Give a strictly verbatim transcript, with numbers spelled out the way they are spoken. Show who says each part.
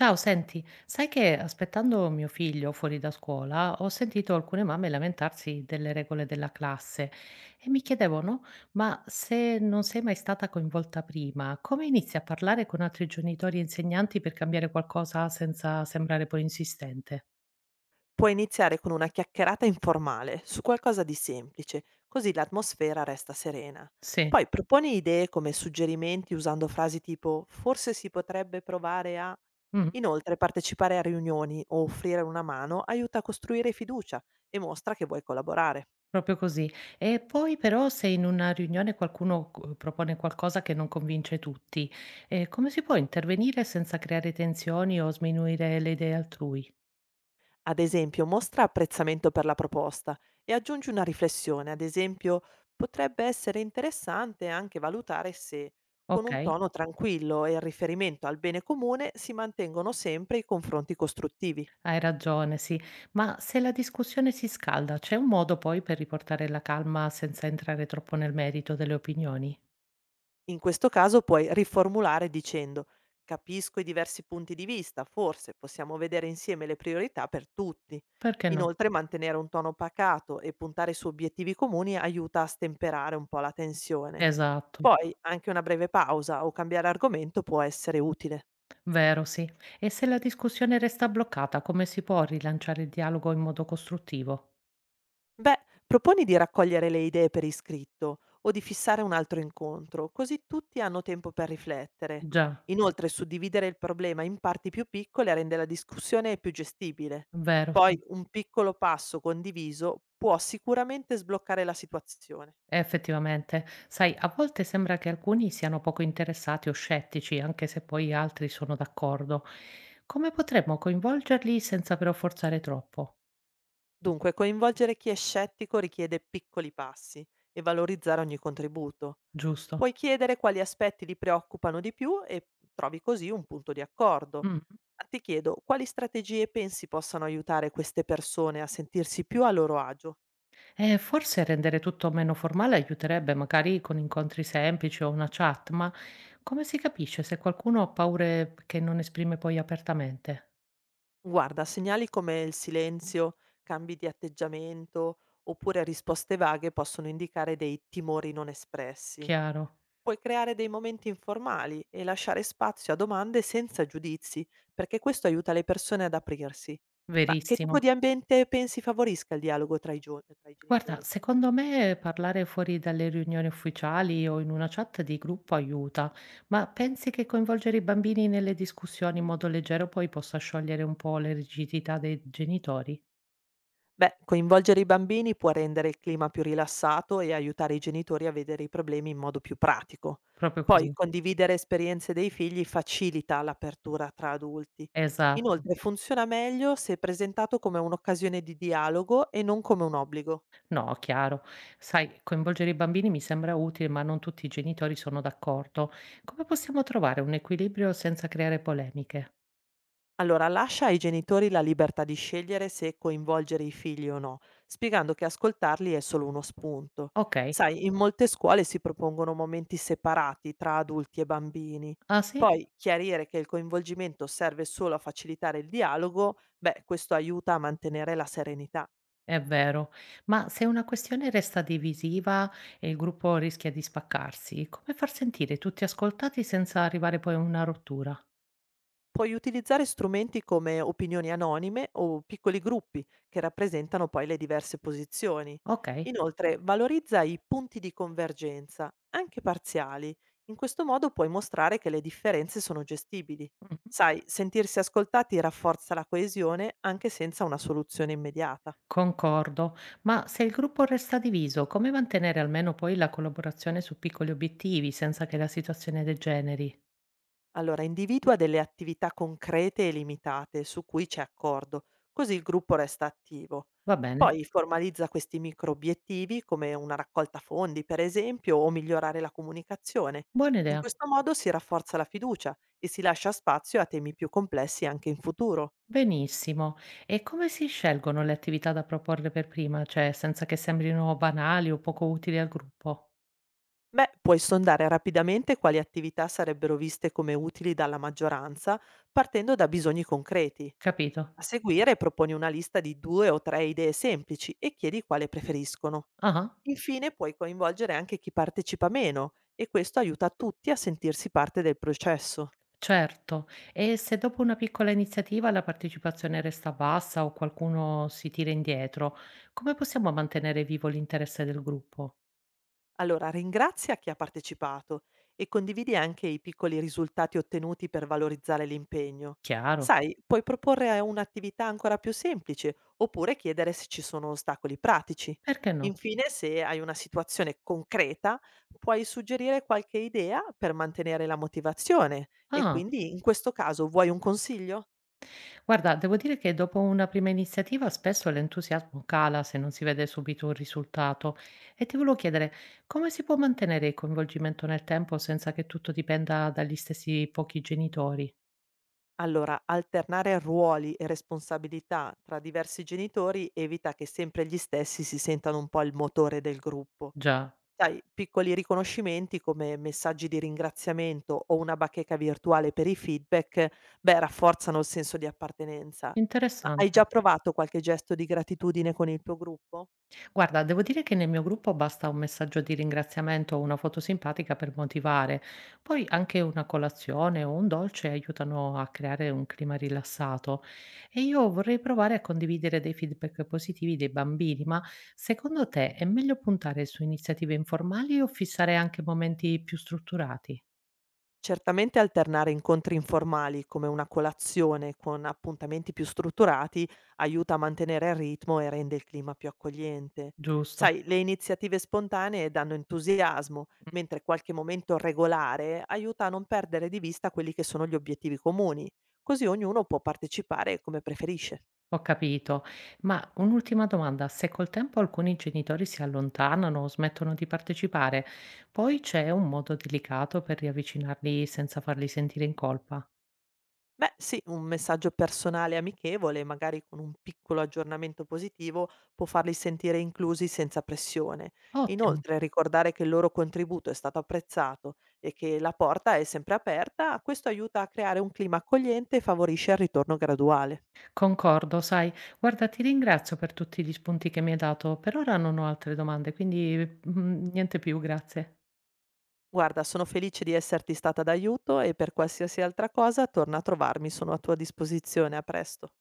Speaker 1: Ciao, senti, sai che aspettando mio figlio fuori da scuola ho sentito alcune mamme lamentarsi delle regole della classe e mi chiedevo, no, ma se non sei mai stata coinvolta prima, come inizi a parlare con altri genitori e insegnanti per cambiare qualcosa senza sembrare poi insistente?
Speaker 2: Puoi iniziare con una chiacchierata informale su qualcosa di semplice, così l'atmosfera resta serena.
Speaker 1: Sì,
Speaker 2: Poi proponi idee come suggerimenti usando frasi tipo forse si potrebbe provare a...
Speaker 1: mhm,
Speaker 2: Inoltre partecipare a riunioni o offrire una mano aiuta a costruire fiducia e mostra che vuoi collaborare.
Speaker 1: proprio così. E poi però se in una riunione qualcuno eh, propone qualcosa che non convince tutti, eh, come si può intervenire senza creare tensioni o sminuire le idee altrui?
Speaker 2: Ad esempio, mostra apprezzamento per la proposta e aggiungi una riflessione, ad esempio, potrebbe essere interessante anche valutare se, con un
Speaker 1: Okay,
Speaker 2: tono tranquillo e il riferimento al bene comune, si mantengono sempre i confronti costruttivi.
Speaker 1: hai ragione, sì. Ma se la discussione si scalda, c'è un modo poi per riportare la calma senza entrare troppo nel merito delle opinioni?
Speaker 2: In questo caso puoi riformulare dicendo capisco i diversi punti di vista, forse possiamo vedere insieme le priorità per tutti.
Speaker 1: Perché no?
Speaker 2: Inoltre mantenere un tono pacato e puntare su obiettivi comuni aiuta a stemperare un po' la tensione.
Speaker 1: Esatto,
Speaker 2: Poi anche una breve pausa o cambiare argomento può essere utile.
Speaker 1: vero, sì. E se la discussione resta bloccata, come si può rilanciare il dialogo in modo costruttivo?
Speaker 2: Beh, proponi di raccogliere le idee per iscritto o di fissare un altro incontro, così tutti hanno tempo per riflettere.
Speaker 1: Già,
Speaker 2: Inoltre, suddividere il problema in parti più piccole rende la discussione più gestibile.
Speaker 1: vero,
Speaker 2: Poi,
Speaker 1: sì.
Speaker 2: un piccolo passo condiviso può sicuramente sbloccare la situazione.
Speaker 1: Effettivamente. Sai, a volte sembra che alcuni siano poco interessati o scettici, anche se poi altri sono d'accordo. Come potremmo coinvolgerli senza però forzare troppo?
Speaker 2: Dunque, coinvolgere chi è scettico richiede piccoli passi e valorizzare ogni contributo.
Speaker 1: Giusto?
Speaker 2: Puoi chiedere quali aspetti li preoccupano di più e trovi così un punto di accordo.
Speaker 1: Mh.
Speaker 2: Ma ti chiedo, quali strategie pensi possano aiutare queste persone a sentirsi più a loro agio?
Speaker 1: Eh, forse rendere tutto meno formale aiuterebbe, magari con incontri semplici o una chat, ma come si capisce se qualcuno ha paure che non esprime poi apertamente?
Speaker 2: Guarda, segnali come il silenzio, cambi di atteggiamento oppure risposte vaghe possono indicare dei timori non espressi.
Speaker 1: Chiaro,
Speaker 2: Puoi creare dei momenti informali e lasciare spazio a domande senza giudizi, perché questo aiuta le persone ad aprirsi. Ma che tipo
Speaker 1: verissimo.
Speaker 2: di ambiente pensi favorisca il dialogo tra i, gio- tra i
Speaker 1: Guarda,
Speaker 2: genitori?
Speaker 1: secondo me parlare fuori dalle riunioni ufficiali o in una chat di gruppo aiuta, ma pensi che coinvolgere i bambini nelle discussioni in modo leggero poi possa sciogliere un po' le rigidità dei genitori?
Speaker 2: Beh, coinvolgere i bambini può rendere il clima più rilassato e aiutare i genitori a vedere i problemi in modo più pratico.
Speaker 1: Proprio
Speaker 2: Poi
Speaker 1: così.
Speaker 2: condividere esperienze dei figli facilita l'apertura tra adulti.
Speaker 1: Esatto.
Speaker 2: Inoltre funziona meglio se presentato come un'occasione di dialogo e non come un obbligo.
Speaker 1: No, chiaro. Sai, coinvolgere i bambini mi sembra utile, ma non tutti i genitori sono d'accordo. Come possiamo trovare un equilibrio senza creare polemiche?
Speaker 2: Allora, lascia ai genitori la libertà di scegliere se coinvolgere i figli o no, spiegando che ascoltarli è solo uno spunto.
Speaker 1: Ok,
Speaker 2: Sai, in molte scuole si propongono momenti separati tra adulti e bambini.
Speaker 1: ah sì,
Speaker 2: Poi chiarire che il coinvolgimento serve solo a facilitare il dialogo, beh, questo aiuta a mantenere la serenità.
Speaker 1: è vero. Ma se una questione resta divisiva e il gruppo rischia di spaccarsi, come far sentire tutti ascoltati senza arrivare poi a una rottura?
Speaker 2: Puoi utilizzare strumenti come opinioni anonime o piccoli gruppi che rappresentano poi le diverse posizioni.
Speaker 1: Ok,
Speaker 2: Inoltre, valorizza i punti di convergenza, anche parziali. In questo modo puoi mostrare che le differenze sono gestibili.
Speaker 1: mhm,
Speaker 2: Sai, sentirsi ascoltati rafforza la coesione anche senza una soluzione immediata.
Speaker 1: concordo. Ma se il gruppo resta diviso, come mantenere almeno poi la collaborazione su piccoli obiettivi senza che la situazione degeneri?
Speaker 2: Allora, individua delle attività concrete e limitate su cui c'è accordo, così il gruppo resta attivo.
Speaker 1: Va bene?
Speaker 2: Poi formalizza questi micro obiettivi come una raccolta fondi, per esempio, o migliorare la comunicazione.
Speaker 1: Buona
Speaker 2: In
Speaker 1: idea,
Speaker 2: questo modo si rafforza la fiducia e si lascia spazio a temi più complessi anche in futuro.
Speaker 1: benissimo. E come si scelgono le attività da proporre per prima? Cioè, senza che sembrino banali o poco utili al gruppo?
Speaker 2: Beh, puoi sondare rapidamente quali attività sarebbero viste come utili dalla maggioranza, partendo da bisogni concreti.
Speaker 1: Capito?
Speaker 2: A seguire proponi una lista di due o tre idee semplici e chiedi quale preferiscono.
Speaker 1: Ah,
Speaker 2: Infine puoi coinvolgere anche chi partecipa meno e questo aiuta tutti a sentirsi parte del processo.
Speaker 1: certo. E se dopo una piccola iniziativa la partecipazione resta bassa o qualcuno si tira indietro, come possiamo mantenere vivo l'interesse del gruppo?
Speaker 2: Allora, ringrazia chi ha partecipato e condividi anche i piccoli risultati ottenuti per valorizzare l'impegno.
Speaker 1: Chiaro.
Speaker 2: Sai, puoi proporre un'attività ancora più semplice oppure chiedere se ci sono ostacoli pratici.
Speaker 1: Perché no?
Speaker 2: Infine, se hai una situazione concreta, puoi suggerire qualche idea per mantenere la motivazione e
Speaker 1: Ah.
Speaker 2: quindi in questo caso vuoi un consiglio?
Speaker 1: Guarda, devo dire che dopo una prima iniziativa spesso l'entusiasmo cala se non si vede subito un risultato e ti volevo chiedere come si può mantenere il coinvolgimento nel tempo senza che tutto dipenda dagli stessi pochi genitori?
Speaker 2: Allora, alternare ruoli e responsabilità tra diversi genitori evita che sempre gli stessi si sentano un po' il motore del gruppo.
Speaker 1: Già,
Speaker 2: Sai, piccoli riconoscimenti come messaggi di ringraziamento o una bacheca virtuale per i feedback, beh, rafforzano il senso di appartenenza. Ma hai
Speaker 1: interessante.
Speaker 2: già provato qualche gesto di gratitudine con il tuo gruppo?
Speaker 1: Guarda, devo dire che nel mio gruppo basta un messaggio di ringraziamento o una foto simpatica per motivare. Poi anche una colazione o un dolce aiutano a creare un clima rilassato. E io vorrei provare a condividere dei feedback positivi dei bambini, ma secondo te è meglio puntare su iniziative informali o fissare anche momenti più strutturati?
Speaker 2: Certamente alternare incontri informali come una colazione con appuntamenti più strutturati aiuta a mantenere il ritmo e rende il clima più accogliente.
Speaker 1: Giusto.
Speaker 2: Sai, le iniziative spontanee danno entusiasmo, mentre qualche momento regolare aiuta a non perdere di vista quelli che sono gli obiettivi comuni, così ognuno può partecipare come preferisce.
Speaker 1: Ho capito, ma un'ultima domanda, se col tempo alcuni genitori si allontanano o smettono di partecipare, poi c'è un modo delicato per riavvicinarli senza farli sentire in colpa?
Speaker 2: Beh, sì, un messaggio personale e amichevole, magari con un piccolo aggiornamento positivo, può farli sentire inclusi senza pressione.
Speaker 1: Ottimo,
Speaker 2: Inoltre, ricordare che il loro contributo è stato apprezzato e che la porta è sempre aperta, questo aiuta a creare un clima accogliente e favorisce il ritorno graduale.
Speaker 1: concordo, sai, guarda, ti ringrazio per tutti gli spunti che mi hai dato, per ora non ho altre domande, quindi mm, niente più, grazie.
Speaker 2: Guarda, sono felice di esserti stata d'aiuto e per qualsiasi altra cosa torna a trovarmi, sono a tua disposizione, a presto.